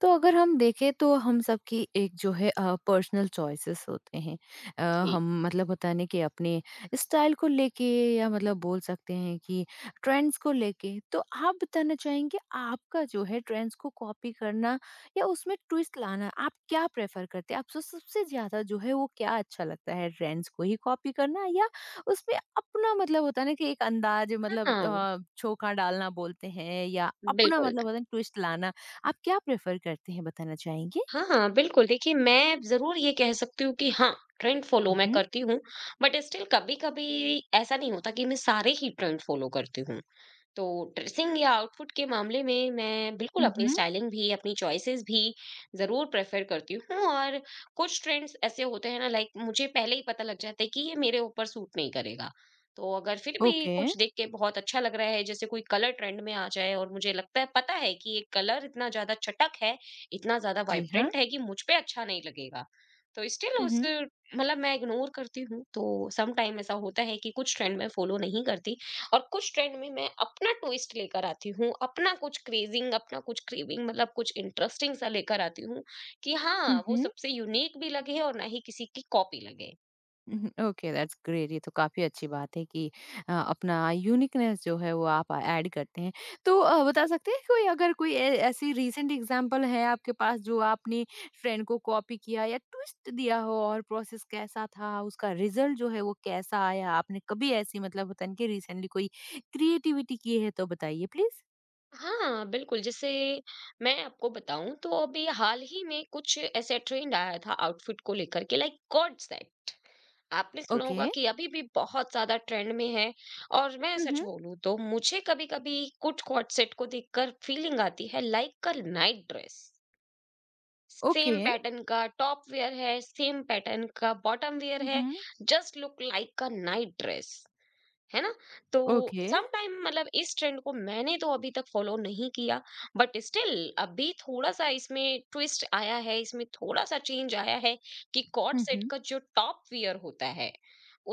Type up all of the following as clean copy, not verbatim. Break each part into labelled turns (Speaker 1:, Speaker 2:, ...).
Speaker 1: तो अगर हम देखें तो हम सबकी एक जो है पर्सनल चॉइसेस होते हैं अ,
Speaker 2: जी,
Speaker 1: हम मतलब होता नहीं कि अपने स्टाइल को लेके या मतलब बोल सकते हैं कि ट्रेंड्स को लेके तो आप बताना चाहेंगे आपका जो है ट्रेंड्स को कॉपी करना या उसमें ट्विस्ट लाना आप क्या प्रेफर करते हैं आपको सबसे ज्यादा जो है वो क्या अच्छा लगता है ट्रेंड्स को ही कॉपी करना या उसमें अपना मतलब होता है ना कि एक अंदाज मतलब
Speaker 2: हाँ,
Speaker 1: छोखा डालना बोलते हैं या अपना
Speaker 2: बिल्कुल।
Speaker 1: मतलब होता है ट्विस्ट लाना आप क्या प्रेफ़र करते हैं बताना चाहेंगे?
Speaker 2: हाँ, हाँ, बिल्कुल, देखिए मैं ज़रूर ये कह सकती हूँ कि हाँ, ट्रेंड फ़ॉलो मैं
Speaker 1: हुँ,
Speaker 2: करती हूँ, बट स्टिल कभी-कभी ऐसा नहीं होता कि मैं सारे ही ट्रेंड फ़ॉलो करती हूँ। तो ड्रेसिंग या आउटफिट के मामले में मैं बिल्कुल
Speaker 1: हुँ,
Speaker 2: अपनी
Speaker 1: हुँ,
Speaker 2: स्टाइलिंग भी अपनी चॉइसेस भी ज़रूर प्रेफर करती हूँ और कुछ ट्रेंड्स ऐसे होते हैं ना लाइक मुझे पहले ही पता लग जाता है कि ये मेरे ऊपर सूट नहीं करेगा। तो अगर फिर भी
Speaker 1: ओके।
Speaker 2: कुछ देख के बहुत अच्छा लग रहा है, जैसे कोई कलर ट्रेंड में आ जाए और मुझे लगता है पता है कि ये कलर इतना ज़्यादा चटक है, इतना ज़्यादा
Speaker 1: जी हाँ।
Speaker 2: वाइब्रेंट है कि मुझ पे अच्छा नहीं लगेगा, तो स्टिल
Speaker 1: हुँ,
Speaker 2: उस
Speaker 1: हुँ,
Speaker 2: मतलब मैं इग्नोर करती हूँ। तो सम टाइम ऐसा होता है कि कुछ ट्रेंड मैं फॉलो नहीं करती और कुछ ट्रेंड में मैं अपना ट्विस्ट लेकर आती हूँ, अपना कुछ क्रेजिंग अपना कुछ क्रेविंग मतलब कुछ इंटरेस्टिंग सा लेकर आती हूँ कि हाँ
Speaker 1: हुँ,
Speaker 2: वो
Speaker 1: हुँ,
Speaker 2: सबसे यूनिक भी लगे और ना ही किसी की कॉपी लगे।
Speaker 1: हुँ, ओके दैट्स ग्रेट ये तो काफ़ी अच्छी बात है कि अपना यूनिकनेस जो है वो आप ऐड करते हैं। तो बता सकते हैं कोई अगर कोई ए ऐसी रीसेंट एग्ज़ाम्पल है आपके पास जो आपने ट्रेंड को कॉपी किया या ट्विस्ट दिया हो और प्रोसेस कैसा था? उसका रिज़ल्ट जो है वो कैसा आया? आपने कभी ऐसी मतलब होता है ना कि रिसेंटली कोई क्रिएटिविटी की है तो बताइए प्लीज़?
Speaker 2: हाँ बिल्कुल, जैसे मैं आपको बताऊं तो अभी हाल ही में कुछ ऐसे ट्रेंड आया था आउटफिट को लेकर के, लाइक गॉड सेट। आपने सुना होगा
Speaker 1: ओके।
Speaker 2: कि अभी भी बहुत ज्यादा ट्रेंड में है। और मैं
Speaker 1: हुँ,
Speaker 2: सच
Speaker 1: हुँ,
Speaker 2: बोलूं तो मुझे कभी कभी कुछ गॉड सेट को देखकर फीलिंग आती है like a night dress. Same
Speaker 1: okay.
Speaker 2: Pattern का टॉप वेयर है, सेम पैटर्न का बॉटम वेयर
Speaker 1: हुँ,
Speaker 2: है,
Speaker 1: hmm.
Speaker 2: Just look like a night dress, है ना? तो
Speaker 1: ओके।
Speaker 2: सम टाइम मतलब इस ट्रेंड को मैंने तो अभी तक फॉलो नहीं किया। बट स्टिल अभी थोड़ा सा इसमें ट्विस्ट आया है, इसमें थोड़ा सा चेंज आया है कि कॉट
Speaker 1: हुँ,
Speaker 2: सेट
Speaker 1: हुँ।
Speaker 2: का जो टॉप वियर होता है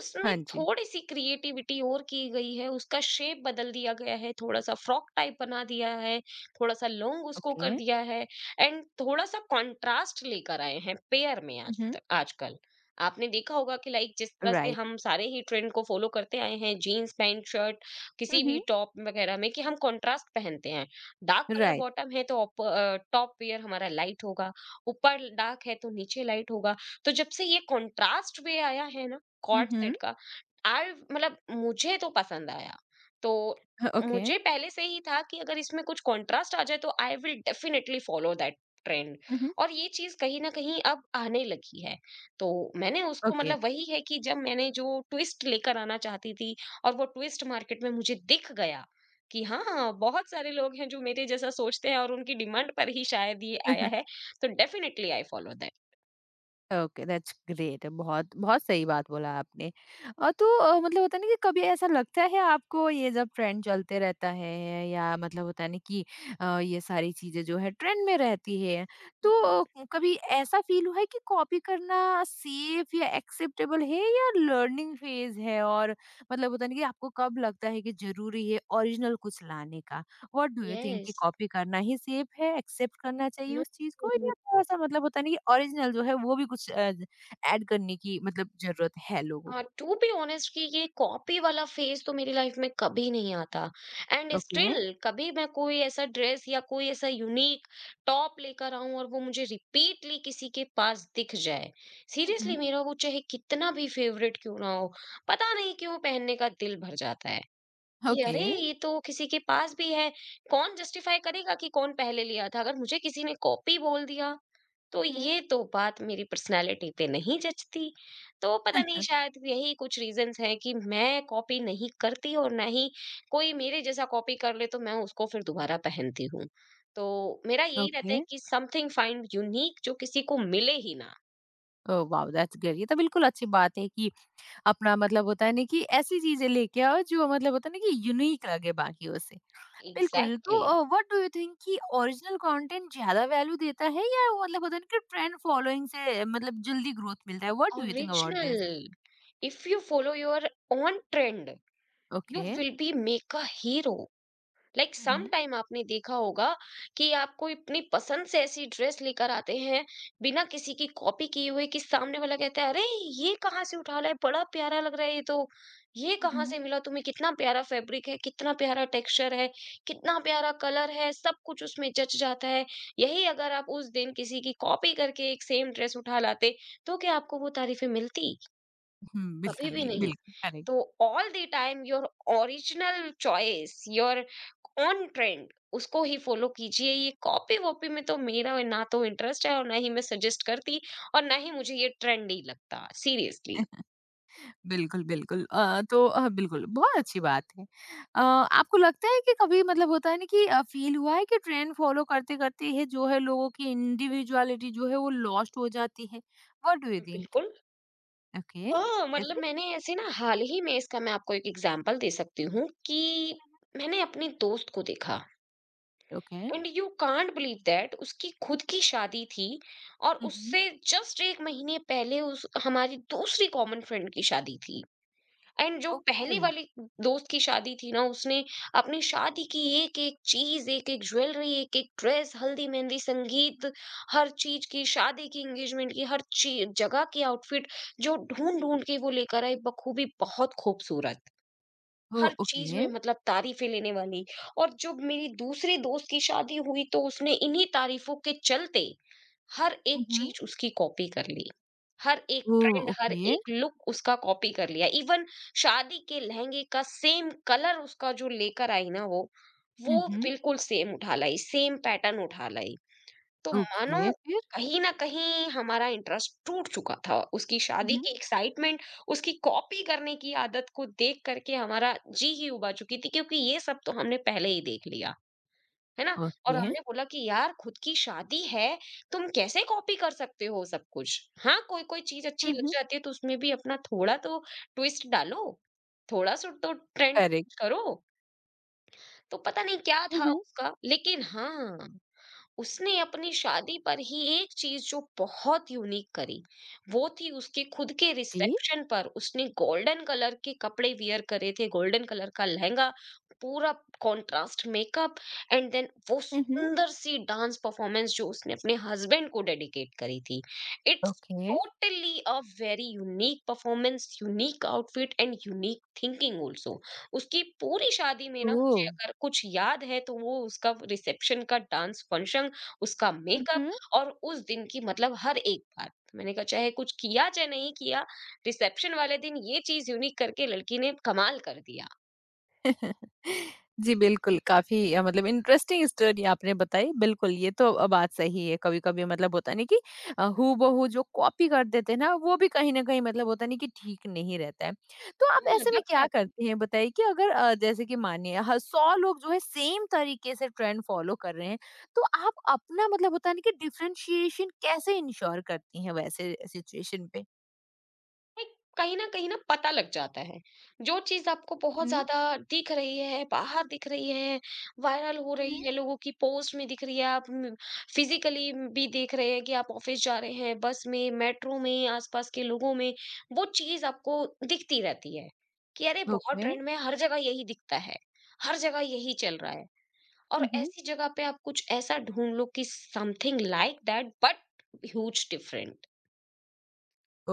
Speaker 2: उसमें
Speaker 1: हाँ जी।
Speaker 2: थोड़ी सी क्रिएटिविटी और की गई है, उसका शेप बदल दिया गया है, थोड़ा सा फ्रॉक टाइप बना दिया है, थोड़ा सा लॉन्ग उसको
Speaker 1: ओके।
Speaker 2: कर दिया है, एंड थोड़ा सा कंट्रास्ट लेकर आए हैं पेयर में।
Speaker 1: हुँ,
Speaker 2: आज
Speaker 1: हुँ।
Speaker 2: तक आजकल आपने देखा होगा कि लाइक जिस तरह से
Speaker 1: राइट।
Speaker 2: हम सारे ही ट्रेंड को फॉलो करते आए हैं, जीन्स पैंट शर्ट
Speaker 1: हुँ,
Speaker 2: किसी भी
Speaker 1: हुँ।
Speaker 2: टॉप वगैरह में, कि हम कंट्रास्ट पहनते हैं। Dark colour
Speaker 1: right.
Speaker 2: बॉटम है तो टॉप वेयर हमारा लाइट होगा, ऊपर डार्क है तो नीचे लाइट होगा। तो जब से ये कंट्रास्ट वे आया है ना,
Speaker 1: हुँ,
Speaker 2: कॉर्ड
Speaker 1: हुँ।
Speaker 2: सेट का, आई मतलब मुझे तो पसंद आया। तो
Speaker 1: ह ओके।
Speaker 2: मुझे पहले से ही था कि अगर इसमें कुछ कंट्रास्ट आ जाए तो I will definitely follow that trend.
Speaker 1: Hmm, hmm.
Speaker 2: और ये चीज कहीं ना कहीं अब आने लगी है। तो मैंने उसको
Speaker 1: ओके।
Speaker 2: मतलब वही है कि जब मैंने जो ट्विस्ट लेकर आना चाहती थी, और वो ट्विस्ट मार्केट में मुझे दिख गया कि हाँ हाँ, बहुत सारे लोग हैं जो मेरे जैसा सोचते हैं और उनकी डिमांड पर ही शायद ये आया है। तो definitely I follow that.
Speaker 1: Okay that's great बहुत बहुत सही बात बोला आपने तो मतलब होता है ना कि कभी ऐसा लगता है आपको ये जब ट्रेंड चलते रहता है या मतलब होता है ना कि ये सारी चीजें जो है ट्रेंड में रहती है तो
Speaker 2: जी।
Speaker 1: कभी ऐसा फील हुआ है कि कॉपी करना सेफ या एक्सेप्टेबल है या लर्निंग फेज है और मतलब होता है ना कि आपको कब लगता है कि जरूरी है ओरिजिनल कुछ लाने का व्हाट डू यू थिंक कि
Speaker 2: यस।
Speaker 1: कॉपी करना ही सेफ है, एक्सेप्ट करना चाहिए
Speaker 2: नो।
Speaker 1: उस चीज़ को या थोड़ा-सा मतलब होता है ना कि ओरिजिनल जो है वो भी कुछ ऐड करने की मतलब ज़रूरत है लोगों
Speaker 2: हाँ,
Speaker 1: को?
Speaker 2: टू बी ऑनेस्ट कि ये कॉपी वाला फेज तो मेरी लाइफ में कभी नहीं आता। And
Speaker 1: okay.
Speaker 2: स्टिल कभी मैं कोई ऐसा ड्रेस या कोई ऐसा यूनिक टॉप लेकर आऊं और वो मुझे रिपीटली किसी के पास दिख जाए,
Speaker 1: हुँ,
Speaker 2: सीरियसली
Speaker 1: हुँ।
Speaker 2: मेरा वो चाहे कितना भी फेवरेट क्यों ना हो, पता नहीं क्यों पहनने का दिल भर जाता है कि
Speaker 1: ओके।
Speaker 2: अरे ये तो किसी के पास भी है। कौन जस्टिफाई करेगा कि कौन पहले लिया था अगर मुझे किसी ने कॉपी बोल दिया, तो
Speaker 1: हुँ, हुँ।
Speaker 2: ये तो बात मेरी पर्सनैलिटी पे नहीं जचती। तो पता नहीं
Speaker 1: अ,
Speaker 2: शायद यही कुछ रीज़न्स हैं कि मैं कॉपी नहीं करती और ना ही कोई मेरे जैसा कॉपी कर ले तो मैं उसको फिर दोबारा पहनती हूँ। तो मेरा यही रहता
Speaker 1: ओके।
Speaker 2: है कि समथिंग फाइंड यूनिक जो किसी को मिले ही ना।
Speaker 1: Oh wow! That's great. ये तो बिल्कुल अच्छी बात है कि अपना मतलब होता है ना कि ऐसी चीज़ें लेके आओ जो मतलब होता है ना कि यूनिक लगे बाकियों से। बिल्कुल, तो
Speaker 2: exactly.
Speaker 1: What do you think कि ओरिजिनल कंटेंट ज़्यादा वैल्यू देता है या वो मतलब होता है ना कि ट्रेंड फॉलोइंग से मतलब जल्दी ग्रोथ मिलता है? What do you think about
Speaker 2: original,
Speaker 1: this?
Speaker 2: If you follow your own trend, you
Speaker 1: okay.
Speaker 2: Will be make a hero. Like
Speaker 1: hmm,
Speaker 2: some
Speaker 1: hmm.
Speaker 2: Time आपने देखा होगा कि आप कोई अपनी पसंद से ऐसी ड्रेस लेकर आते हैं बिना किसी की कॉपी किए हुए, कि सामने वाला कहता है अरे ये कहाँ से उठा लाए, बड़ा प्यारा लग रहा है ये तो। ये
Speaker 1: हुँ,
Speaker 2: कहाँ
Speaker 1: हुँ।
Speaker 2: से मिला तुम्हें, कितना प्यारा फैब्रिक है, कितना प्यारा टेक्सचर है, कितना प्यारा कलर है, सब कुछ उसमें जच जाता है। यही अगर आप उस दिन किसी की कॉपी करके एक सेम ड्रेस उठा लाते तो क्या आपको वो तारीफें मिलती?
Speaker 1: हुँ,
Speaker 2: कभी
Speaker 1: बिल्कुल
Speaker 2: भी
Speaker 1: नहीं,
Speaker 2: नहीं।
Speaker 1: बिल्कुल करेक्ट।
Speaker 2: तो all the time your original choice, your own trend, उसको ही फॉलो कीजिए। ये कॉपी वॉपी में तो मेरा ना तो इंटरेस्ट है और ना ही मैं सजेस्ट करती, और ना ही मुझे ये ट्रेंडी लगता सीरियसली।
Speaker 1: बिल्कुल, बिल्कुल तो बिल्कुल बहुत अच्छी बात है। आपको लगता है कि कभी मतलब होता है ना कि फ़ील हुआ है कि ट्रेंड फ़ॉलो करते-करते है जो है लोगों की इंडिविजुअलिटी जो है वो लॉस्ट हो जाती है? What do you think?
Speaker 2: बिल्कुल।
Speaker 1: ओके।
Speaker 2: हाँ मतलब
Speaker 1: कैसे?
Speaker 2: मैंने ऐसे ना हाल ही में इसका मैं आपको एक एग्जांपल दे सकती हूँ कि मैंने अपने दोस्त को देखा।
Speaker 1: Okay.
Speaker 2: And you can't believe that, उसकी खुद की शादी थी और
Speaker 1: हुँ, हुँ।
Speaker 2: उससे जस्ट एक महीने पहले उस हमारी दूसरी कॉमन फ्रेंड की शादी थी। एंड जो पहली
Speaker 1: ओके।
Speaker 2: वाली दोस्त की शादी थी ना, उसने अपनी शादी की एक-एक चीज, एक-एक ज्वेलरी, एक-एक ड्रेस, हल्दी, मेहंदी, संगीत, हर चीज की शादी की, एंगेजमेंट की, हर ची जगह की आउटफिट जो
Speaker 1: हुँ।
Speaker 2: ढूँढ-ढूँढ के वो लेकर आई बखूबी बहुत खूबसूरत।
Speaker 1: ओह!
Speaker 2: हर चीज में
Speaker 1: ओके।
Speaker 2: मतलब तारीफें लेने वाली। और जब मेरी दूसरे दोस्त की शादी हुई तो उसने इन्हीं तारीफों के चलते हर
Speaker 1: हुँ,
Speaker 2: एक
Speaker 1: हुँ।
Speaker 2: चीज उसकी कॉपी कर ली, हर एक
Speaker 1: ओह!
Speaker 2: ट्रेंड हर
Speaker 1: ओके।
Speaker 2: एक लुक उसका कॉपी कर लिया, इवन शादी के लहंगे का सेम कलर उसका जो लेकर आई ना वो
Speaker 1: हुँ,
Speaker 2: वो
Speaker 1: हुँ।
Speaker 2: बिल्कुल सेम उठा लाई, सेम पैटर्न उठा लाई। तो मानो
Speaker 1: ओके, फिर?
Speaker 2: कहीं न कहीं हमारा इंटरेस्ट टूट चुका था। उसकी
Speaker 1: हुँ,
Speaker 2: शादी
Speaker 1: हुँ।
Speaker 2: की एक्साइटमेंट, उसकी कॉपी करने की आदत को देख कर के हमारा जी ही उबा चुकी थी, क्योंकि ये सब तो हमने पहले ही देख लिया, है ना? और
Speaker 1: ओके।
Speaker 2: हमने बोला कि यार खुद की शादी है, तुम कैसे कॉपी कर सकते हो सब कुछ? हाँ, कोई-कोई चीज़ अच्छी
Speaker 1: हुँ,
Speaker 2: लग
Speaker 1: हुँ।
Speaker 2: जाती है तो उसमें भी अपना थोड़ा तो ट्विस्ट डालो, थोड़ा-सा तो ट्रेंड
Speaker 1: करेक्ट।
Speaker 2: करो। तो पता नहीं क्या
Speaker 1: हुँ,
Speaker 2: था
Speaker 1: हुँ।
Speaker 2: उसका, लेकिन हाँ उसने अपनी शादी पर ही एक चीज जो बहुत यूनिक करी, वो थी उसके खुद के
Speaker 1: जी।
Speaker 2: रिसेप्शन पर उसने गोल्डन कलर के कपड़े वियर करे थे, गोल्डन कलर का लहंगा पूरा, कंट्रास्ट मेकअप, एंड देन वो
Speaker 1: हुँ, हुँ।
Speaker 2: सुंदर सी डांस परफॉर्मेंस जो उसने अपने हस्बैंड को डेडिकेट करी थी। It's
Speaker 1: okay.
Speaker 2: Totally a very unique performance, unique outfit and unique thinking also. उसकी पूरी शादी में ना
Speaker 1: ओह!
Speaker 2: मुझे अगर कुछ याद है तो वो उसका रिसेप्शन का डांस फंक्शन, उसका मेकअप,
Speaker 1: उहुँ।
Speaker 2: और उस दिन की मतलब हर एक बात। मैंने कहा चाहे कुछ किया चाहे नहीं किया, रिसेप्शन वाले दिन ये चीज़ यूनिक करके लड़की ने कमाल कर दिया।
Speaker 1: जी, बिल्कुल, काफ़ी मतलब इंटरेस्टिंग स्टोरी आपने बताई। बिल्कुल, ये तो बात सही है। कभी-कभी मतलब होता नहीं कि हूबहू जो कॉपी कर देते हैं ना, वो भी कहीं न कहीं मतलब होता नहीं कि ठीक नहीं रहता है। तो आप
Speaker 2: हाँ,
Speaker 1: ऐसे में
Speaker 2: दब
Speaker 1: क्या
Speaker 2: जाती
Speaker 1: करते हैं, बताइए कि अगर जैसे कि मानिए ह 100 लोग जो है सेम तरीके से ट्रेंड फ़ॉलो कर रहे हैं, तो आप अपना मतलब होता है ना कि डिफरेंशिएशन कैसे इंश्योर करती हैं वैसे सिचुएशन पे?
Speaker 2: एक कहीं ना पता लग जाता है। जो चीज आपको
Speaker 1: हुँ,
Speaker 2: बहुत
Speaker 1: हुँ।
Speaker 2: ज्यादा दिख रही है, बाहर दिख रही है, वायरल हो
Speaker 1: हुँ।
Speaker 2: रही है, लोगों की पोस्ट में दिख रही है, आप फिजिकली भी देख रहे हैं कि आप ऑफिस जा रहे हैं, बस में, मेट्रो में, आसपास के लोगों में वो चीज आपको दिखती रहती है, कि अरे बहुत
Speaker 1: ओके।
Speaker 2: ट्रेंड में हर जगह यही दिखता है, हर जगह यही चल रहा है। और
Speaker 1: हुँ, हुँ।
Speaker 2: ऐसी जगह पे आप कुछ ऐसा ढूंढ लो कि something like that but huge different.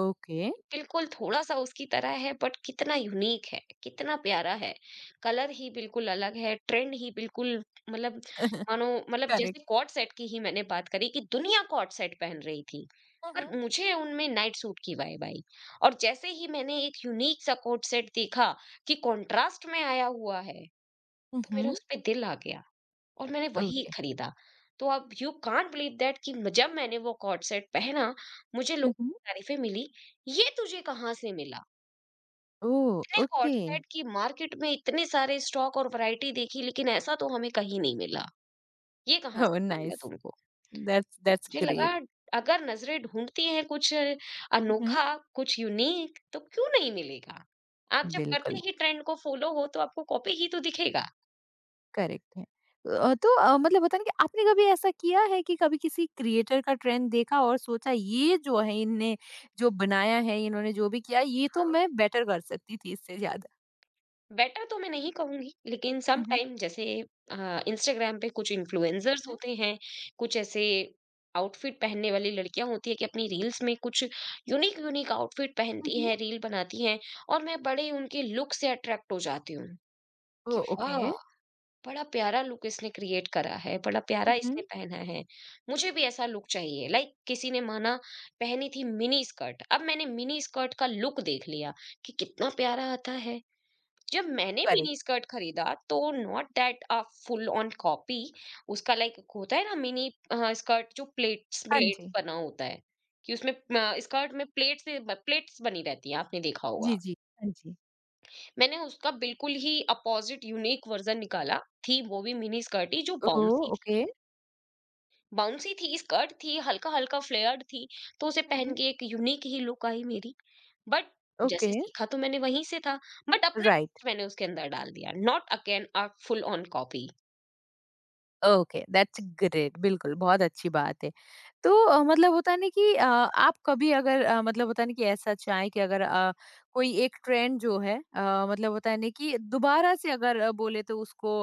Speaker 1: Okay.
Speaker 2: बिल्कुल थोड़ा-सा उसकी तरह है बट कितना यूनिक है, कितना प्यारा है। कलर ही बिल्कुल अलग है, ट्रेंड ही बिल्कुल मतलब, मानो मतलब
Speaker 1: करेक्ट.
Speaker 2: जैसे कॉर्ड सेट की ही मैंने बात करी कि दुनिया कॉर्ड सेट पहन रही थी,
Speaker 1: Mhm.
Speaker 2: पर मुझे उनमें नाइट सूट की वाइब आई। और जैसे ही मैंने एक यूनिक सा कॉर्ड सेट देखा कि कॉन्ट्रास्ट में आया हुआ है, तो मेरा
Speaker 1: Mhm.
Speaker 2: उस पे दिल आ गया। और मैंने वही
Speaker 1: Okay.
Speaker 2: खरीदा। तो अब यू कांट बिलीव दैट कि म जब मैंने वो कॉर्ड सेट पहना, मुझे लोगों
Speaker 1: Mhm.
Speaker 2: की तारीफ़ें मिली, "ये तुझे कहाँ से मिला?
Speaker 1: ओह!
Speaker 2: इतने कॉर्ड
Speaker 1: ओके.
Speaker 2: सेट की मार्केट में इतने सारे स्टॉक और वैरायटी देखी, लेकिन ऐसा तो हमें कहीं नहीं मिला। ये कहाँ
Speaker 1: ओह,
Speaker 2: से मिला
Speaker 1: नाइस.
Speaker 2: तुमको?"
Speaker 1: दैट्स
Speaker 2: तो
Speaker 1: दैट्स
Speaker 2: मुझे लगा
Speaker 1: ग्रेट.
Speaker 2: अगर नज़रें ढूँढती हैं कुछ
Speaker 1: हुँ।
Speaker 2: अनोखा, कुछ यूनिक तो क्यों नहीं मिलेगा? आप जब करते
Speaker 1: बिल्कुल,
Speaker 2: ही ट्रेंड को फ़ॉलो हो, तो आपको कॉपी ही तो दिखेगा।
Speaker 1: करेक्ट है. तो मतलब होता है ना कि आपने कभी ऐसा किया है कि कभी किसी क्रिएटर का ट्रेंड देखा और सोचा ये जो है इनने जो बनाया है, इन्होंने जो भी किया है, ये तो
Speaker 2: हाँ।
Speaker 1: मैं बेटर कर सकती थी इससे ज़्यादा?
Speaker 2: बेटर तो मैं नहीं कहूंगी लेकिन सम
Speaker 1: हुँ, हुँ,
Speaker 2: टाइम जैसे इंस्टाग्राम पे कुछ इन्फ्लुएंसर्स
Speaker 1: हुँ।
Speaker 2: होते हैं कुछ ऐसे आउटफिट पहनने वाली लड़कियां होती है कि अपनी रील्स में कुछ यूनिक यूनिक आउटफिट पहनती
Speaker 1: हुँ.
Speaker 2: हैं रील बनाती हैं और मैं बड़े उनके लुक से अट्रैक्ट हो जाती हूँ कि
Speaker 1: ओह! ओके.
Speaker 2: वाह बड़ा प्यारा लुक इसने क्रिएट करा है बड़ा प्यारा
Speaker 1: हुँ,
Speaker 2: इसने पहना है मुझे भी ऐसा लुक चाहिए लाइक किसी ने माना पहनी थी मिनी स्कर्ट। अब मैंने मिनी स्कर्ट का लुक देख लिया कि कितना प्यारा आता है जब मैंने
Speaker 1: करेक्ट.
Speaker 2: मिनी स्कर्ट खरीदा। तो not that a full on copy उसका। लाइक होता है ना मिनी स्कर्ट जो प्लेट्स
Speaker 1: हाँ
Speaker 2: प्लेट्स
Speaker 1: जी.
Speaker 2: बना होता है कि उसमें स्कर्ट में प्लेट्स प्लेट्स बनी रहती है आपने देखा होगा।
Speaker 1: जी, जी. हाँ जी.
Speaker 2: मैंने उसका बिल्कुल ही अपोजिट यूनिक वर्जन निकाला। थी वो भी मिनी स्कर्ट ही जो
Speaker 1: ओह! ओके.
Speaker 2: बाउंसी थी स्कर्ट थी हल्का हल्का फ्लेयर्ड थी तो उसे
Speaker 1: हुँ,
Speaker 2: पहन
Speaker 1: हुँ।
Speaker 2: के एक यूनिक ही लुक आई मेरी। बट जैसे
Speaker 1: ओके,
Speaker 2: सीखा तो मैंने वहीं से था बट अपना
Speaker 1: राइट.
Speaker 2: टेस्ट मैंने उसके अंदर डाल दिया not again a full on copy.
Speaker 1: Okay, that's great बिल्कुल, बहुत अच्छी बात है। तो मतलब होता है ना कि आप कभी अगर मतलब होता है ना कि ऐसा चाहें कि अगर कोई एक ट्रेंड जो है मतलब होता है ना कि दोबारा से अगर बोले तो उसको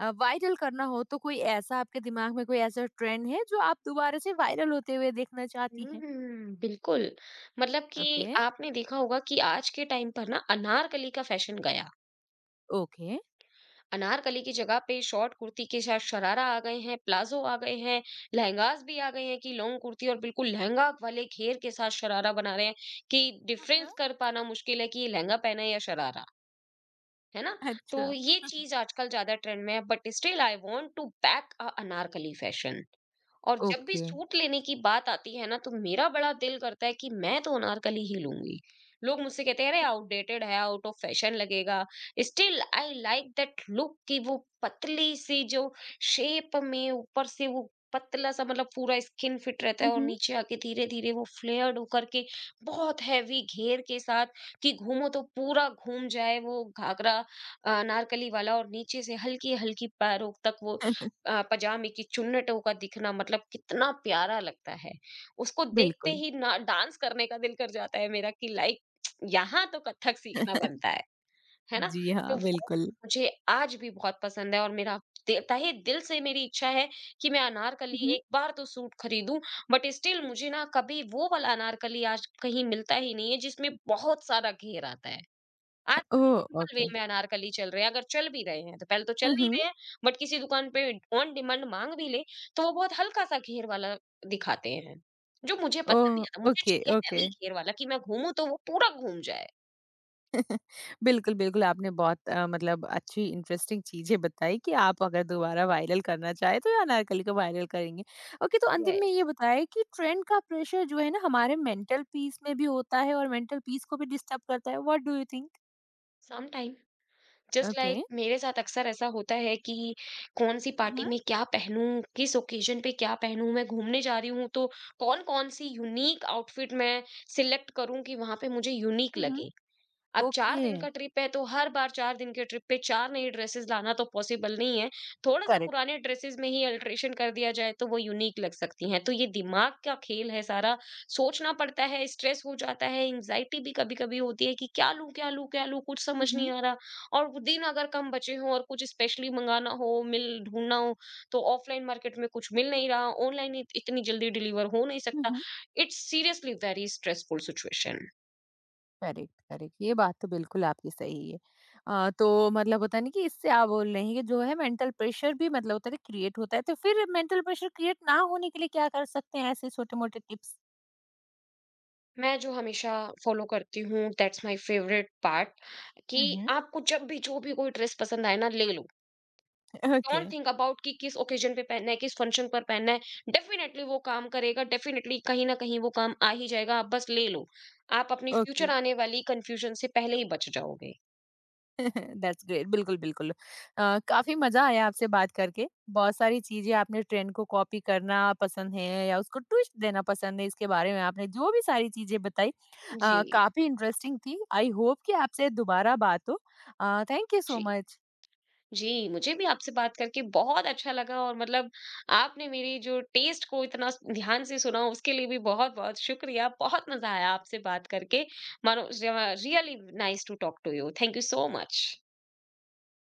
Speaker 1: वायरल करना हो तो कोई ऐसा आपके दिमाग में कोई ऐसा ट्रेंड है जो आप दोबारा से वायरल होते हुए देखना चाहती हैं?
Speaker 2: बिल्कुल। मतलब कि
Speaker 1: ओके,
Speaker 2: आपने देखा होगा कि आज के टाइम पर ना अनारकली का फैशन गया।
Speaker 1: ओके।
Speaker 2: अनारकली की जगह पे शॉर्ट कुर्ती के साथ शरारा आ गए हैं, प्लाजो आ गए हैं, लहंगास भी आ गए हैं कि लॉन्ग कुर्ती और बिल्कुल लहंगा वाले घेर के साथ शरारा बना रहे हैं कि
Speaker 1: हुँ, हुँ।
Speaker 2: डिफरेंस कर पाना मुश्किल है कि ये लहंगा पहना है या शरारा, है ना। तो
Speaker 1: अच्छा।
Speaker 2: ये चीज आजकल ज्यादा ट्रेंड में है but still I want to back a anarkali fashion. और जब भी
Speaker 1: ओके।
Speaker 2: सूट लेने की बात आती है ना तो मेरा बड़ा दिल करता है कि मैं तो अनारकली ही लूंगी। लोग मुझसे कहते हैं अरे आउटडेटेड है, आउट ऑफ फैशन लगेगा। Still I like that look कि वो पतली सी जो शेप में ऊपर से वो पतला सा, मतलब पूरा स्किन फिट रहता है
Speaker 1: हुँ,
Speaker 2: और
Speaker 1: हुँ।
Speaker 2: नीचे आके धीरे धीरे वो फ्लेयर्ड होकर के बहुत हैवी घेर के साथ कि घूमो तो पूरा घूम जाए वो घाघरा अनारकली वाला। और नीचे से हल्की हल्की पैरों तक वो पजामे की चुन्नटों का दिखना, मतलब कितना प्यारा लगता है। उसको देखते
Speaker 1: बिल्कुल।
Speaker 2: ही ना डांस करने का दिल कर जाता है मेरा कि लाइक यहाँ तो कथक सीखना बनता है ना?
Speaker 1: जी हाँ,
Speaker 2: तो वो
Speaker 1: बिल्कुल।
Speaker 2: मुझे आज भी बहुत पसंद है और मेरा दे तहे दिल से मेरी इच्छा है कि मैं अनारकली
Speaker 1: हुँ, हुँ।
Speaker 2: एक बार तो सूट खरीदूँ। बट स्टिल मुझे ना कभी वो वाला अनारकली आज कहीं मिलता ही नहीं है जिसमें बहुत सारा घेर आता है। आजकल
Speaker 1: ओह!
Speaker 2: Simple way
Speaker 1: okay.
Speaker 2: में अनारकली चल रहे हैं, अगर चल भी रहे हैं, तो पहले तो चल
Speaker 1: हुँ,
Speaker 2: नहीं
Speaker 1: हुँ।
Speaker 2: रहे हैं, बट किसी दुकान पे ऑन डिमांड माँग भी ले, तो वो बहुत हल्का-सा घेर वाला दिखाते हैं, जो मुझे पसंद
Speaker 1: ओह!
Speaker 2: नहीं आता। मुझे
Speaker 1: ओके,
Speaker 2: चाहिए
Speaker 1: ओके।
Speaker 2: हैवी घेर वाला कि मैं घूमूँ तो वो पूरा घूम जाए।
Speaker 1: बिल्कुल, बिल्कुल आपने बहुत मतलब अच्छी इंटरेस्टिंग चीज़ें बताई कि आप अगर दोबारा वायरल करना चाहें तो ये अनारकली को वायरल करेंगे। ओके तो अंतिम में ये
Speaker 2: यस,
Speaker 1: बताएँ कि ट्रेंड का प्रेशर जो है ना हमारे मेंटल पीस में भी होता है और मेंटल पीस को भी डिस्टर्ब करता है what do you think?
Speaker 2: Sometime just
Speaker 1: okay.
Speaker 2: Like मेरे साथ अक्सर ऐसा होता है कि कौन-सी
Speaker 1: हुँ,
Speaker 2: पार्टी
Speaker 1: हुँ।
Speaker 2: में क्या पहनूँ, किस ओकेज़न पे क्या पहनूँ, मैं घूमने जा रही हूँ, तो कौन-कौन सी यूनिक आउटफिट मैं सिलेक्ट करूँ कि वहाँ पे मुझे यूनिक
Speaker 1: हुँ, हुँ।
Speaker 2: लगे। अब 4
Speaker 1: ओके।
Speaker 2: दिन का ट्रिप है तो हर बार 4 दिन के ट्रिप पे 4 नई ड्रेसेस लाना तो पॉसिबल नहीं है। थोड़ा-सा
Speaker 1: करेक्ट।
Speaker 2: पुराने ड्रेसेस में ही अल्टरेशन कर दिया जाए तो वो यूनीक लग सकती हैं। तो ये दिमाग का खेल है सारा, सोचना पड़ता है, स्ट्रेस हो जाता है, एंग्ज़ायटी भी कभी-कभी होती है कि क्या लूँ, क्या लूँ, क्या लूँ? कुछ
Speaker 1: हुँ,
Speaker 2: समझ नहीं
Speaker 1: हुँ।
Speaker 2: आ रहा और वो दिन अगर कम बचे हों और कुछ स्पेशली मँगाना हो, मिल ढूँढना हो तो ऑफ़लाइन मार्केट में कुछ मिल नहीं रहा, ऑनलाइन इत इतनी जल्दी डिलीवर हो नहीं
Speaker 1: हुँ,
Speaker 2: सकता।
Speaker 1: हुँ।
Speaker 2: It's seriously very stressful situation.
Speaker 1: Correct correct ये बात तो बिल्कुल आपकी सही है तो मतलब होता नहीं कि इससे आप बोल रहे हैं कि जो है मेंटल प्रेशर भी मतलब होता है क्रिएट होता है तो फिर मेंटल प्रेशर क्रिएट ना होने के लिए क्या कर सकते हैं ऐसे छोटे मोटे टिप्स
Speaker 2: मैं जो हमेशा फॉलो करती हूँ दैट्स माय फेवरेट पार्ट कि
Speaker 1: हम्म
Speaker 2: आपको जब भी जो भी कोई ड्रेस पसंद आए ना ले लो।
Speaker 1: ओके
Speaker 2: डोंट थिंक अबाउट कि किस ओकेजन पे पहनना है, किस फंक्शन पर पहनना है। डेफिनेटली वो काम करेगा, डेफिनेटली कहीं ना कहीं वो काम आ ही जाएगा, आप बस ले लो। आप अपनी फ्यूचर
Speaker 1: ओके
Speaker 2: आने वाली कंफ्यूजन से पहले ही बच जाओगे।
Speaker 1: दैट्स ग्रेट बिल्कुल बिल्कुल काफी मजा आया आपसे बात करके बहुत सारी चीजें आपने ट्रेंड को कॉपी करना पसंद है या उसको ट्विस्ट देना पसंद है इसके बारे में आपने जो भी सारी चीजें बताई
Speaker 2: जी।
Speaker 1: काफी इंटरेस्टिंग थी आई होप कि आपसे दोबारा बात हो थैंक यू सो
Speaker 2: जी।
Speaker 1: मच
Speaker 2: जी, मुझे भी आपसे बात करके बहुत अच्छा लगा और मतलब आपने मेरी जो टेस्ट को इतना ध्यान से सुना उसके लिए भी बहुत-बहुत शुक्रिया। बहुत मज़ा आया आपसे बात करके। मानो really nice to talk to you. Thank you so much.